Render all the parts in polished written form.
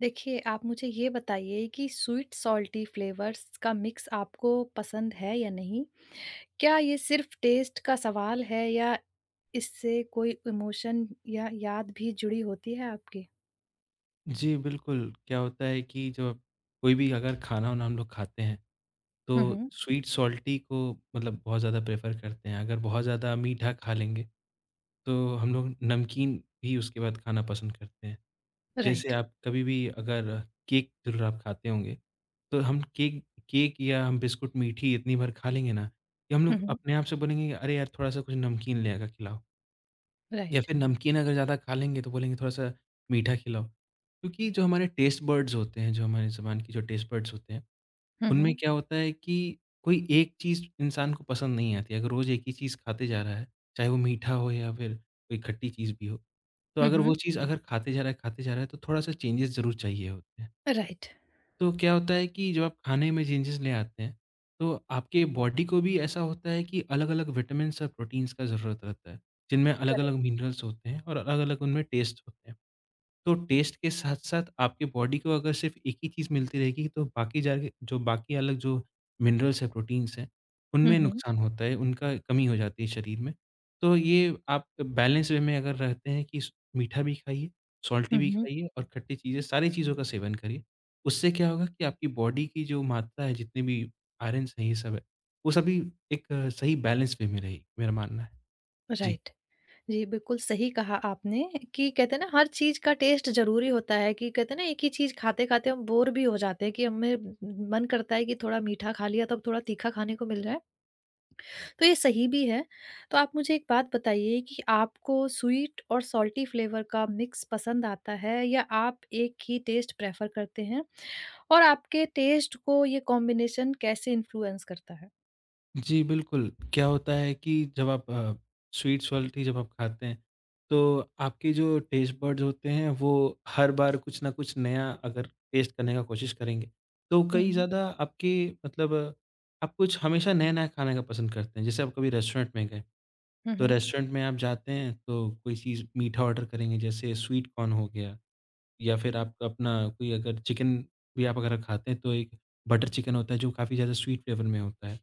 देखिए, आप मुझे ये बताइए कि स्वीट सॉल्टी फ्लेवर्स का मिक्स आपको पसंद है या नहीं? क्या ये सिर्फ़ टेस्ट का सवाल है या इससे कोई इमोशन या याद भी जुड़ी होती है आपकी? जी, बिल्कुल। क्या होता है कि जब कोई भी अगर खाना-वाना हम लोग खाते हैं, हुँ, तो हुँ। स्वीट सॉल्टी को मतलब बहुत ज़्यादा प्रेफ़र करते हैं। अगर बहुत ज़्यादा मीठा खा लेंगे, तो हम लोग नमकीन भी उसके बाद खाना पसंद करते हैं। जैसे राइट। आप कभी भी अगर केक ज़रूर आप खाते होंगे, तो हम केक केक या हम बिस्कुट मीठी इतनी बार खा लेंगे ना, कि हम हुँ, लोग हुँ। अपने आप से बोलेंगे, कि "अरे यार! थोड़ा-सा कुछ नमकीन ले आकर खिलाओ।" या राइट। फिर नमकीन अगर ज़्यादा खा लेंगे तो बोलेंगे थोड़ा-सा मीठा खिलाओ। क्योंकि जो हमारे टेस्ट बड्स होते हैं, जो हमारे ज़ुबान की जो टेस्ट बड्स होते हैं, हुँ, उनमें हुँ। क्या होता है कि कोई एक चीज़ इंसान को पसंद नहीं आती। अगर रोज़ एक ही चीज़ खाते जा रहा है, चाहे वो मीठा हो या फिर कोई खट्टी चीज़ भी हो। तो हुँ, अगर हुँ। वो चीज़ अगर खाते जा रहा है, खाते जा रहा है तो थोड़ा-सा चेंजेस ज़रूर चाहिए होते हैं। राइट। तो क्या होता है कि जब आप खाने में चेंजेस ले आते हैं, तो आपके बॉडी को भी ऐसा होता है कि अलग-अलग विटामिन्स और प्रोटीन्स का ज़रूरत रहता है, जिनमें अलग-अलग करेक्ट। मिनरल्स होते हैं और अलग-अलग उनमें टेस्ट होते हैं। तो टेस्ट के साथ-साथ आपकी बॉडी को अगर सिर्फ़ एक ही चीज़ मिलती रहेगी तो बाकी जाके जो बाकी अलग जो मिनरल्स हैं, प्रोटीन्स हैं, हुँ, उनमें हुँ। नुकसान होता है, उनका कमी हो जाती है शरीर में। तो ये आप बैलेंस वे में अगर रहते हैं कि स मीठा भी खाइए, सॉल्टी हुँ, भी हुँ। खाइए और खट्टी चीज़ें, सारी चीज़ों का सेवन करिए। उससे क्या होगा कि आपकी बॉडी की जो मात्रा है, जितने भी आयरन्स हैं, ये सब है, वो सभी एक सही बैलेंस वे में रहेगी, मेरा मानना है। जी। राइट। जी, बिल्कुल सही कहा आपने कि कहते हैं ना हर चीज़ का टेस्ट ज़रूरी होता है कि कहते हैं ना एक ही चीज़ खाते-खाते हम बोर भी हो जाते हैं कि हमें मन करता है कि थोड़ा मीठा खा लिया तो अब थोड़ा तीखा खाने को मिल रहा है, तो ये सही भी है। तो आप मुझे एक बात बताइए कि आपको स्वीट और सॉल्टी फ्लेवर का मिक्स पसंद आता है या आप एक ही टेस्ट प्रेफ़र करते हैं? और आपके टेस्ट को ये कॉम्बिनेशन कैसे इन्फ्लुएंस करता है? जी, बिल्कुल। क्या होता है कि जब आप स्वीट्स वाली जब आप खाते हैं, तो आपके जो टेस्ट बड्स होते हैं, वो हर बार कुछ न कुछ नया अगर टेस्ट करने का कोशिश करेंगे, तो हुँ, कई हुँ। ज़्यादा आपके मतलब आप कुछ हमेशा नया-नया खाने का पसंद करते हैं। जैसे आप कभी रेस्टोरेंट में गए, हुँ, तो हुँ। रेस्टोरेंट में आप जाते हैं, तो कोई चीज़ मीठा ऑर्डर करेंगे, जैसे स्वीट कॉर्न हो गया। या फिर आप अपना कोई अगर चिकन भी आप अगर खाते हैं तो एक बटर चिकन होता है जो काफ़ी ज़्यादा स्वीट फ्लेवर में होता है।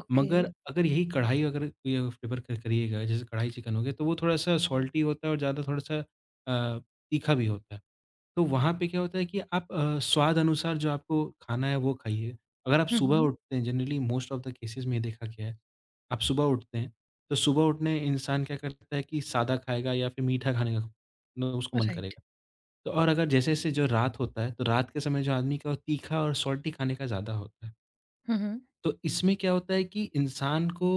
ओके। मगर हुँ। अगर यही कढ़ाई अगर कोई अगर फ्लेवर क करिएगा जैसे कढ़ाई चिकन हो गया तो वो थोड़ा-सा सॉल्टी होता है और ज़्यादा थोड़ा-सा अ, तीखा भी होता है। तो वहाँ पे क्या होता है कि आप स्वाद अनुसार जो आपको खाना है वो खाइए। अगर आप हुँ, सुबह हुँ। उठते हैं generally most of the cases में ये देखा गया है, आप सुबह उठते हैं, तो सुबह उठने इंसान क्या करता है कि सादा खाएगा या फिर मीठा खाने का ना उसको मन राइट। करेगा। तो और अगर जैसे-जैसे जो रात होता है, तो रात के समय जो आदमी का तीखा और सॉल्टी खाने का ज़्यादा होता है। हुँ, हुँ। तो इसमें क्या होता है कि इंसान को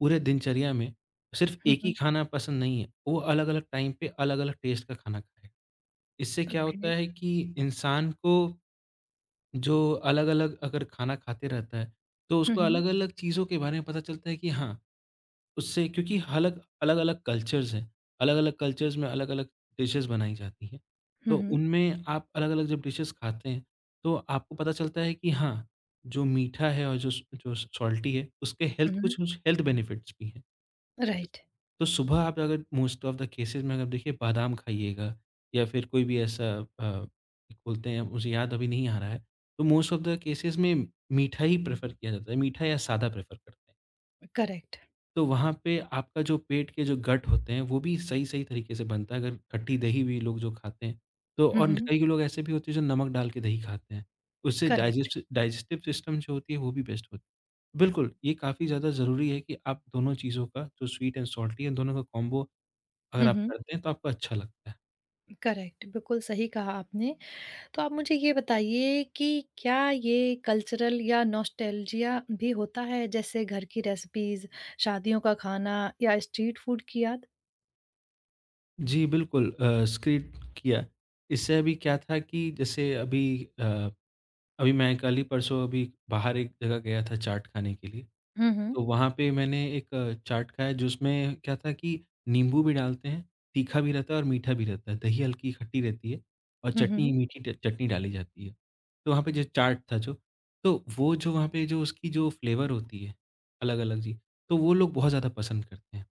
पूरे दिनचर्या में सिर्फ़ हुँ, एक ही हुँ। खाना पसंद नहीं है, वो अलग-अलग टाइम पे अलग-अलग टेस्ट का खाना खाएगा। इससे क्या होता ओके। है कि इंसान को जो अलग-अलग अगर खाना खाते रहता है, तो हुँ, उसको हुँ। अलग-अलग चीज़ों के बारे में पता चलता है कि हाँ उससे क्योंकि हलग अलग-अलग कल्चर्स हैं, अलग-अलग कल्चर्स में अलग-अलग डिशेज़ बनाई जाती हैं। हुँ, तो हुँ। उनमें आप अलग-अलग जब डिशेज़ खाते हैं, तो आपको पता चलता है कि हाँ, जो मीठा है और जो सॉल्टी है, उसके हुँ, हेल्थ हुँ। कुछ-कुछ हेल्थ बेनिफिट्स भी हैं। राइट, तो सुबह आप अगर मोस्ट ऑफ द केसेज़ में अगर देखिए बादाम खाइएगा या फिर कोई भी ऐसा अ, बोलते हैं मुझे याद अभी नहीं आ रहा है, तो मोस्ट ऑफ द केसेज़ में मीठा ही प्रेफ़र किया जाता है, मीठा या सादा प्रेफ़र करते हैं। करेक्ट। तो वहाँ पे आपका जो पेट के जो गट होते हैं, वो भी सही-सही तरीके से बनता है, अगर खट्टी दही भी लोग जो खाते हैं। तो हुँ, और हुँ। कई लोग ऐसे भी होते हैं जो नमक डाल के दही खाते हैं, उससे करेक्ट। डाइजेस्टिव सिस्टम जो होती है वो भी बेस्ट होती है। बिल्कुल, ये काफ़ी ज़्यादा ज़रूरी है कि आप दोनों चीज़ों का जो स्वीट एंड सॉल्टी है, इन दोनों का कॉम्बो अगर हुँ, आप हुँ। करते हैं तो आपको अच्छा लगता है। करेक्ट, बिल्कुल सही कहा आपने। तो आप मुझे ये बताइए कि क्या ये कल्चरल या नॉस्टैल्जिया भी होता है, जैसे घर की रेसिपीज़, शादियों का खाना या स्ट्रीट फूड की याद? जी बिल्कुल स्किप किया, इससे अभी क्या था कि जैसे अभी अ अभी मैं कल ही परसों अभी बाहर एक जगह गया था चाट खाने के लिए। हुँ, हुँ। तो वहाँ पे मैंने एक चाट खाया जिसमें क्या था कि नींबू भी डालते हैं, तीखा भी रहता है और मीठा भी रहता है। दही हल्की खट्टी रहती है और हुँ, चटनी हुँ। मीठी ट चटनी डाली जाती है। तो वहाँ पे जो चाट था जो, तो वो जो वहाँ पे जो उसकी जो फ्लेवर होती है, अलग-अलग जी, तो वो लोग बहुत ज़्यादा पसंद करते हैं।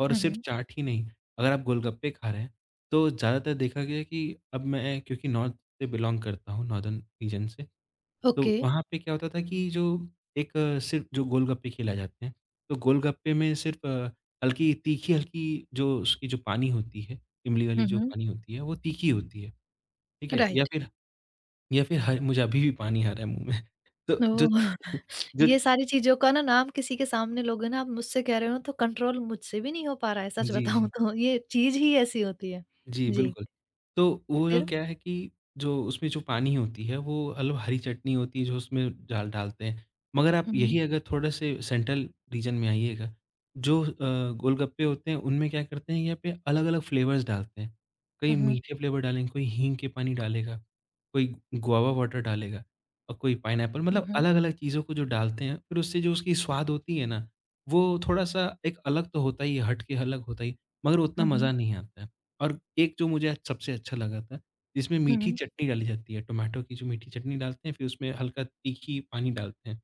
और हुँ, सिर्फ़ हुँ। चाट ही नहीं, अगर आप गोलगप्पे खा रहे हैं, तो ज़्यादातर देखा गया है कि अब मैं क्योंकि नॉर्थ से बिलॉन्ग करता हूँ, नॉर्दर्न रीजन से। तो ओके। वहाँ पे क्या होता था कि जो एक सिर्फ़ जो गोलगप्पे खिलाए जाते हैं, तो गोलगप्पे में सिर्फ़ हल्की तीखी हल्की जो उसकी जो पानी होती है, इमली वाली हुँ, जो हुँ। पानी होती है, वो तीखी होती है, ठीक है? राइट। या फिर ह मुझे अभी भी पानी आ रहा है मुँह में। तो जो ओह! ती जो ये सारी चीज़ों का ना नाम किसी के सामने लोगे ना, आप मुझसे कह रहे हो, तो कंट्रोल मुझसे भी नहीं हो पा रहा है, सच जी, बताऊँ जी। तो। ये चीज़ ही ऐसी होती है। जी, जी। बिल्कुल। तो वो जो फिर? क्या है कि जो उसमें जो पानी होती है वो हलो हरी चटनी होती है जो उसमें डालते हैं। मगर हुँ, आप हुँ, यही अगर थोड़े से सेंट्रल रीजन में आइएगा, जो गोलगप्पे होते हैं उनमें क्या करते हैं यहाँ पे अलग-अलग फ्लेवर्स डालते हैं। कहीं हुँ, मीठे फ्लेवर डालेंगे, कोई हींग के पानी डालेगा, कोई गुआवा वाटर डालेगा और कोई पाइनएप्पल हुँ, मतलब हुँ, अलग-अलग चीज़ों को जो डालते हैं फिर उससे जो उसकी स्वाद होती है ना, वो थोड़ा-सा एक अलग तो होता ही है, हट के अलग होता ही है, मगर उतना हुँ, मज़ा नहीं आता है। और एक जो मुझे सबसे अच्छा लगा था, जिसमें हुँ, मीठी हुँ। चटनी डाली जाती है, टोमेटो की जो मीठी चटनी डालते हैं, फिर उसमें हल्का तीखी पानी डालते हैं।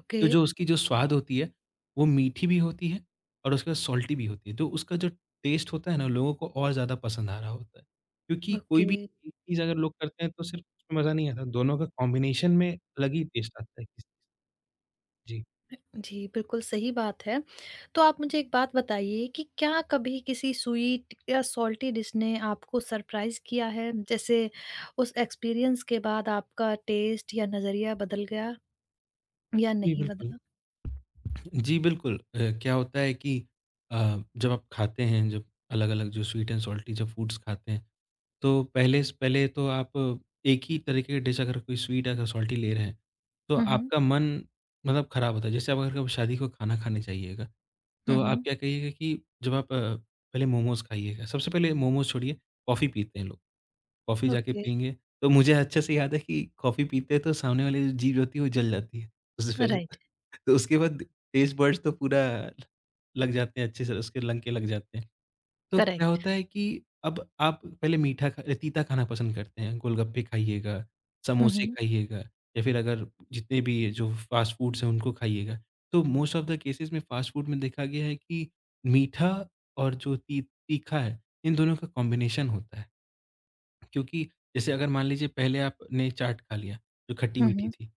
ओके, तो जो उसकी जो स्वाद होती है, वो मीठी भी होती है और उसके बाद सॉल्टी भी होती है। तो उसका जो टेस्ट होता है ना, लोगों को और ज़्यादा पसंद आ रहा होता है। क्योंकि कोई ओके। भी एक चीज़ अगर लोग करते हैं, तो सिर्फ उसमें मज़ा नहीं आता, दोनों का कॉम्बिनेशन में अलग ही टेस्ट आता है। किसी। जी, जी, बिल्कुल सही बात है। तो आप मुझे एक बात बताइए कि क्या कभी किसी स्वीट या सॉल्टी डिश ने आपको सरप्राइज़ किया है? जैसे उस एक्सपीरियंस के बाद आपका टेस्ट या नज़रिया बदल गया या जी, नहीं बिल्कुल। बदला? जी, बिल्कुल। क्या होता है कि जब आप खाते हैं, जब अलग-अलग जो स्वीट एंड सॉल्टी जब फूड्स खाते हैं, तो पहले तो आप एक ही तरीके की डिश अगर कोई स्वीट अगर सॉल्टी ले रहे हैं, तो हुँ, हुँ, आपका मन मतलब खराब होता है। जैसे आप अगर कभी शादी का खाना खाने जाइएगा, हुँ, तो आप हुँ। क्या कहिएगा कि जब आप पहले मोमोज़ खाइएगा, सबसे पहले मोमोज़ छोड़िए, कॉफ़ी पीते हैं लोग। कॉफ़ी जाके ओके, पिएँगे, तो मुझे अच्छे से याद है कि कॉफ़ी पीते हैं तो सामने वाली जो जीभ होती है वो जल जाती है, उससे पहले तो। राइट, तो उसके बाद टेस्ट बड्स तो पूरा लग जाते हैं अच्छे से उसके लग के लग जाते हैं। तो क्या करेक्ट। होता है कि अब आप पहले तीता खाना पसंद करते हैं, गोलगप्पे खाइएगा, हुँ, समोसे हुँ, खाइएगा या फिर अगर जितने भी ये जो फ़ास्ट फूड्स हैं उनको खाइएगा। तो मोस्ट ऑफ द केसेज़ में फ़ास्ट फूड में देखा गया है कि मीठा और जो ती तीखा है, इन दोनों का कॉम्बिनेशन होता है। क्योंकि जैसे अगर मान लीजिए पहले आपने चाट खा लिया, जो हुँ, खट्टी-मीठी हुँ, थी।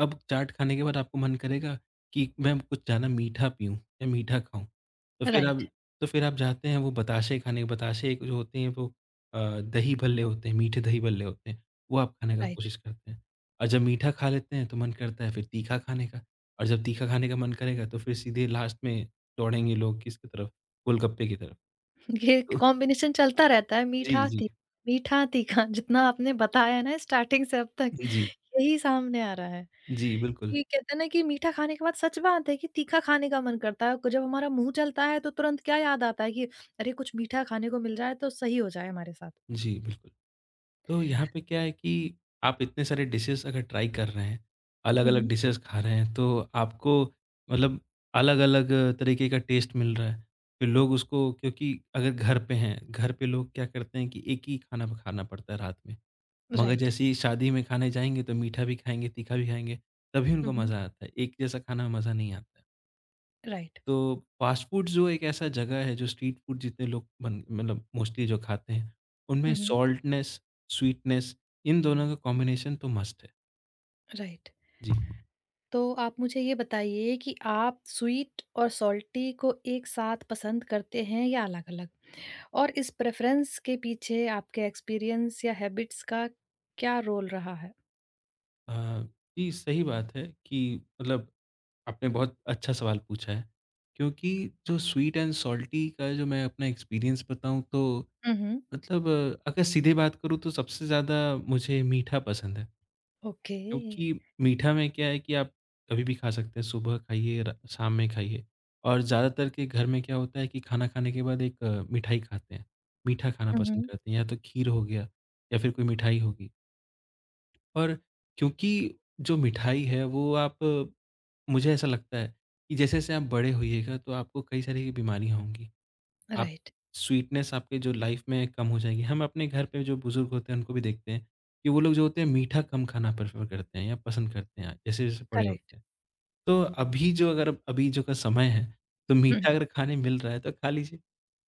अब चाट खाने के बाद आपको मन करेगा कि मैं कुछ ज़्यादा मीठा पीऊँ या मीठा खाऊँ। तो फिर राइट, आप तो फिर आप जाते हैं वो बताशे खाने बताशे एक जो होते हैं वो दही भल्ले होते हैं, मीठे दही भल्ले होते हैं, वो आप खाने का राइट। कोशिश करते हैं। और जब मीठा खा लेते हैं तो मन करता है फिर तीखा खाने का और जब तीखा खाने का मन करेगा तो फिर सीधे लास्ट में दौड़ेंगे लोग किसकी तरफ? गोलगप्पे की तरफ। ये तो कॉम्बिनेशन चलता रहता है जी, जी। मीठा तीखा जितना आपने बताया है ना स्टार्टिंग से अब तक जी, यही सामने आ रहा है। जी, बिल्कुल। ये कहते हैं ना कि मीठा खाने के बाद सच बात है कि तीखा खाने का मन करता है जब हमारा मुंह चलता है तो तुरंत क्या याद आता है कि अरे कुछ मीठा खाने को मिल जाए तो सही हो जाए हमारे साथ। जी, बिल्कुल। तो यहाँ पे क्या है कि आप इतने सारे डिशेज़ अगर ट्राई कर रहे हैं, अलग-अलग हम्म, डिशेज़ खा रहे हैं, तो आपको मतलब अलग-अलग तरीके का टेस्ट मिल रहा है। फिर लोग उसको क्योंकि अगर घर पे हैं, घर पे लोग क्या करते हैं कि एक ही खाना खाना पड़ता है रात में। मगर राइट। जैसे ही शादी में खाने जाएँगे तो मीठा भी खाएँगे, तीखा भी खाएँगे, तभी उनको हम्म, मज़ा आता है। एक जैसा खाना में मज़ा नहीं आता है। राइट। तो फास्ट फूड जो एक ऐसा जगह है जो स्ट्रीट फूड जितने लोग बन मतलब मोस्टली जो खाते हैं, उनमें हम्म, सॉल्टनेस, स्वीटनेस इन दोनों का कॉम्बिनेशन तो मस्ट है। राइट। जी। तो आप मुझे ये बताइए कि आप स्वीट और सॉल्टी को एक साथ पसंद करते हैं या अलग अलग, और इस प्रेफ़रेंस के पीछे आपके एक्सपीरियंस या हैबिट्स का क्या रोल रहा है? अ, जी, सही बात है कि मतलब आपने बहुत अच्छा सवाल पूछा है, क्योंकि जो स्वीट एंड सॉल्टी का जो मैं अपना एक्सपीरियंस बताऊँ तो हुँ। अगर सीधे बात करूँ तो सबसे ज़्यादा मुझे मीठा पसंद है। ओके। क्योंकि मीठा में क्या है कि आप कभी भी खा सकते हैं, सुबह खाइए, र शाम में खाइए और ज़्यादातर के घर में क्या होता है कि खाना खाने के बाद एक मिठाई खाते हैं। मीठा खाना पसंद हुँ। करते हैं या तो खीर हो गया या फिर कोई मिठाई होगी और क्योंकि जो मिठाई है वो आप मुझे ऐसा लगता है कि जैसे-जैसे आप बड़े होइएगा तो आपको कई सारी बीमारियाँ होंगी। आप राइट, स्वीटनेस आपके जो लाइफ में कम हो जाएगी। हम अपने घर पे जो बुज़ुर्ग होते हैं, उनको भी देखते हैं कि वो लोग जो होते हैं, मीठा कम खाना प्रेफ़र करते हैं या पसंद करते हैं, जैसे-जैसे बड़े करेक्ट। होते हैं। तो अभी जो अगर अभी जो का समय है, तो हुँ, मीठा अगर खाने मिल रहा है, तो खा लीजिए।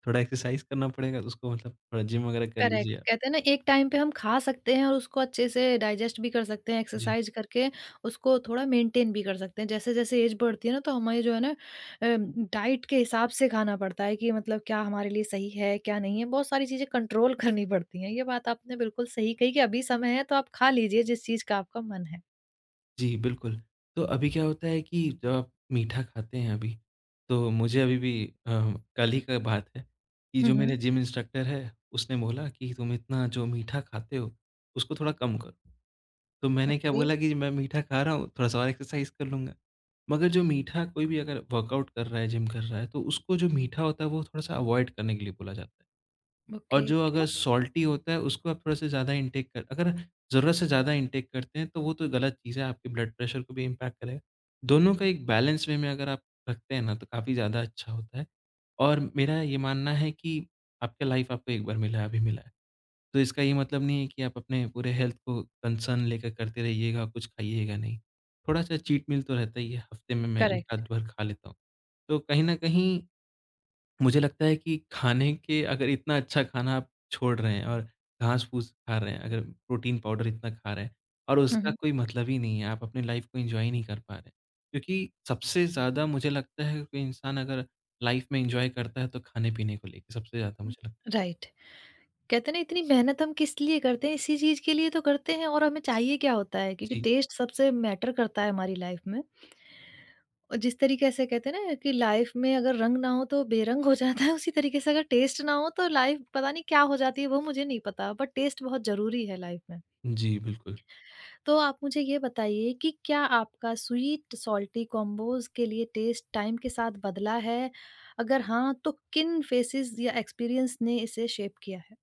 थोड़ा एक्सरसाइज़ करना पड़ेगा उसको मतलब थोड़ा जिम वगैरह कर लीजिए करेक्ट। आप। कहते हैं ना एक टाइम पे हम खा सकते हैं और उसको अच्छे से डाइजेस्ट भी कर सकते हैं, जी। एक्सरसाइज़ करके उसको थोड़ा मेंटेन भी कर सकते हैं। जैसे-जैसे एज बढ़ती है ना तो हमें जो है ना डाइट के हिसाब से खाना पड़ता है कि मतलब क्या हमारे लिए सही है, क्या नहीं है। बहुत सारी चीज़ें कंट्रोल करनी पड़ती हैं। ये बात आपने बिल्कुल सही कही कि अभी समय है तो आप खा लीजिए जिस चीज़ का आपका मन जी, बिल्कुल। तो अभी क्या होता है कि जब आप मीठा खाते हैं अभी, तो मुझे अभी भी अ, कल ही का बात है कि जो है। मेरे जिम इंस्ट्रक्टर है, उसने बोला कि तुम इतना जो मीठा खाते हो, उसको थोड़ा कम करो। तो मैंने क्या ओके, बोला कि मैं मीठा खा रहा हूँ, थोड़ा-सा और एक्सरसाइज़ कर लूँगा। मगर जो मीठा कोई भी अगर वर्कआउट कर रहा है, जिम कर रहा है, तो उसको जो मीठा होता है, वो थोड़ा-सा अवॉइड करने के लिए बोला जाता है। और ओके, जो अगर क्यों? सॉल्टी होता है उसको आप थोड़ा-सा ज़्यादा इंटेक कर अगर ज़रूरत से ज़्यादा इंटेक करते हैं तो वो तो गलत चीज़ है, आपके ब्लड प्रेशर को भी इम्पैक्ट करेगा। दोनों का एक बैलेंस वे में अगर आप रखते हैं ना तो काफ़ी ज़्यादा अच्छा होता है। और मेरा ये मानना है कि आपका लाइफ आपको एक बार मिला है, अभी मिला है। तो इसका ये मतलब नहीं है कि आप अपने पूरे हेल्थ को कंसर्न लेकर करते रहिएगा, कुछ खाइएगा नहीं। थोड़ा-सा चीट मील तो रहता ही है, हफ्ते में मैं 1 करेक्ट। आध बार खा लेता हूँ। तो कहीं न कहीं मुझे लगता है कि खाने के अगर इतना अच्छा खाना आप छोड़ रहे हैं और घास-फूस खा रहे हैं, अगर प्रोटीन पाउडर इतना खा रहे हैं और हुँ, उसका हुँ। कोई मतलब ही नहीं है, आप अपनी लाइफ़ को एन्जॉय नहीं कर पा रहे। क्योंकि सबसे ज़्यादा मुझे लगता है कोई इंसान अगर लाइफ़ में एन्जॉय करता है तो खाने-पीने को लेके सबसे ज़्यादा हुँ, मुझे लगता है। राइट। कहते हैं ना इतनी मेहनत हम किस लिए करते हैं, इसी चीज़ के लिए तो करते हैं और हमें चाहिए क्या होता है क्योंकि जी। टेस्ट सबसे मैटर करता है हमारी लाइफ़ में। और जिस तरीके से कहते हैं ना कि लाइफ़ में अगर रंग ना हो तो बेरंग हो जाता है, उसी तरीके से अगर टेस्ट ना हो तो लाइफ़ पता नहीं क्या हो जाती है वो मुझे नहीं पता, बट टेस्ट बहुत ज़रूरी है लाइफ़ में। जी, बिल्कुल। तो आप मुझे ये बताइए कि क्या आपका स्वीट सॉल्टी कॉम्बोज़ के लिए टेस्ट टाइम के साथ बदला है? अगर हाँ, तो किन फ़ेसेज़ या एक्सपीरियंस ने इसे शेप किया है?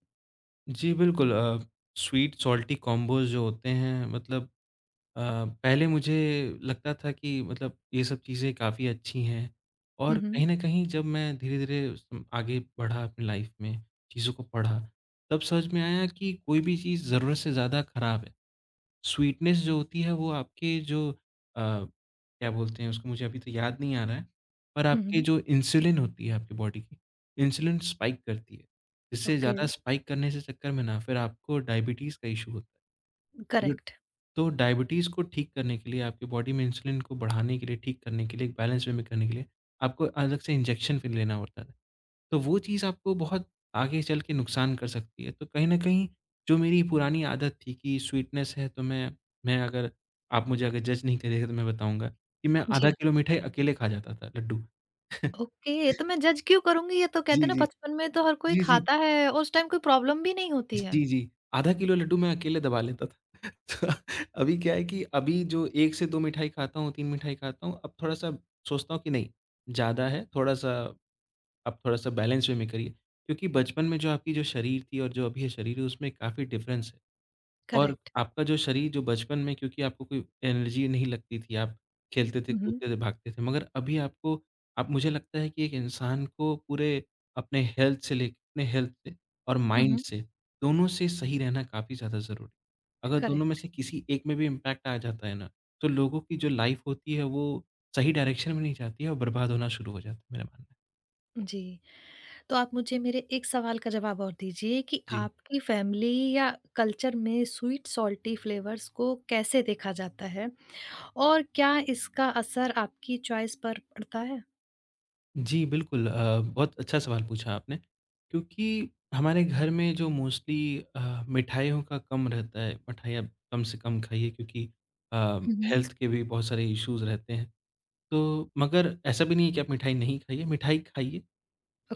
जी, बिल्कुल स्वीट सॉल्टी कॉम्बोज़ जो होते हैं पहले मुझे लगता था कि ये सब चीज़ें काफ़ी अच्छी हैं हुँ, और हुँ। कहीं न कहीं जब मैं धीरे-धीरे सम आगे बढ़ा अपनी लाइफ़ में, चीज़ों को पढ़ा, तब समझ में आया कि कोई भी चीज़ ज़रूरत से ज़्यादा ख़राब है। स्वीटनेस जो होती है वो आपके जो अ, क्या बोलते हैं उसको मुझे अभी तो याद नहीं आ रहा है, पर हुँ, आपकी हुँ। जो इंसुलिन होती है आपकी बॉडी की, इंसुलिन स्पाइक करती है। इससे ओके, ज़्यादा स्पाइक करने से चक्कर में ना फिर आपको डायबिटीज़ का इश्यू होता है। करेक्ट। तो डायबिटीज़ को ठीक करने के लिए, आपकी बॉडी में इंसुलिन को बढ़ाने के लिए, ठीक करने के लिए, एक बैलेंस वे में करने के लिए, आपको अलग से इंजेक्शन फिर लेना होता था। तो वो चीज़ आपको बहुत आगे चल के नुकसान कर सकती है। तो कहीं न कहीं जो मेरी पुरानी आदत थी कि स्वीटनेस है, तो मैं अगर आप मुझे अगर जज नहीं करिएगा तो मैं बताऊँगा कि मैं आधा जी। किलो मिठाई अकेले खा जाता था, लड्डू। ओके, तो मैं जज क्यों करूँगी? ये तो जी, कहते हैं ना जी। बचपन में तो हर कोई जी, जी। खाता है, और उस टाइम कोई प्रॉब्लम भी नहीं होती है। जी, जी। आधा किलो लड्डू मैं अकेले दबा लेता था। तो अभी क्या है कि अभी जो 1 से 2 मिठाई खाता हूँ, 3 मिठाई खाता हूँ, अब थोड़ा-सा सोचता हूँ कि नहीं, ज़्यादा है, थोड़ा-सा बैलेंस वे में करिए। क्योंकि बचपन में जो आपकी जो शरीर थी और जो अभी है शरीर है, उसमें काफ़ी डिफ़रेंस है। और करेक्ट। आपका जो शरीर जो बचपन में क्योंकि आपको कोई एनर्जी नहीं लगती थी, आप खेलते थे, हुँ, हुँ। कूदते थे, भागते थे, मगर अभी आपको अब मुझे लगता है कि एक इंसान को पूरे अपने हेल्थ से और हुँ, माइंड हुँ। से, दोनों से सही रहना काफ़ी ज़्यादा ज़रूरी है। अगर दोनों में करेक्ट। से किसी एक में भी इम्पैक्ट आ जाता है ना, तो लोगों की जो लाइफ़ होती है, वो सही डायरेक्शन में नहीं जाती है और बर्बाद होना शुरू हो जाता है, मेरा मानना है। जी। तो आप मुझे मेरे एक सवाल का जवाब और दीजिए कि जी। आपकी फैमिली या कल्चर में स्वीट सॉल्टी फ्लेवर्स को कैसे देखा जाता है? और क्या इसका असर आपकी चॉइस पर पड़ता है? जी, बिल्कुल बहुत अच्छा सवाल पूछा आपने, क्योंकि हमारे घर में जो मोस्टली मिठाइयों का कम रहता है, मिठाइयाँ कम से कम खाइए क्योंकि अ, हुँ, हुँ। हेल्थ के भी बहुत सारे इश्यूज़ रहते हैं। तो मगर ऐसा भी नहीं है कि आप मिठाई नहीं खाइए, मिठाई खाइए।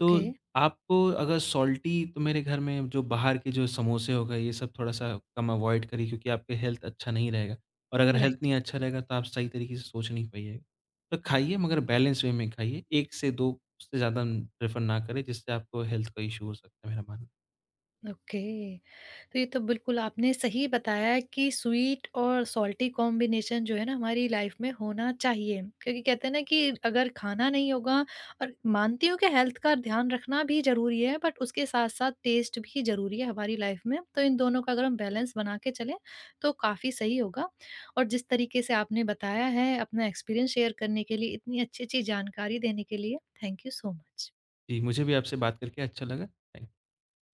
तो आपको अगर सॉल्टी तो मेरे घर में जो बाहर के जो समोसे हो गए, ये सब थोड़ा-सा कम अवॉइड करिए क्योंकि आपके हेल्थ अच्छा नहीं रहेगा और अगर हेल्थ राइट। नहीं अच्छा रहेगा तो आप सही तरीके से सोच नहीं पाइएगा। तो खाइए मगर बैलेंस वे में खाइए। 1 से 2 उससे ज़्यादा प्रेफ़र ना करें जिससे आपको हेल्थ का इश्यू हो सकता है मेरा मानना है। ओके। तो ये तो बिल्कुल आपने सही बताया कि स्वीट और सॉल्टी कॉम्बिनेशन जो है ना हमारी लाइफ में होना चाहिए। क्योंकि कहते हैं ना कि अगर खाना नहीं होगा और मानती हूँ कि हेल्थ का ध्यान रखना भी ज़रूरी है बट उसके साथ-साथ टेस्ट भी ज़रूरी है हमारी लाइफ में। तो इन दोनों का अगर हम बैलेंस बना के चलें तो काफ़ी सही होगा। और जिस तरीके से आपने बताया है अपना एक्सपीरियंस शेयर करने के लिए, इतनी अच्छी-अच्छी जानकारी देने के लिए, थैंक यू सो मच। जी, मुझे भी आपसे बात करके अच्छा लगा। थैंक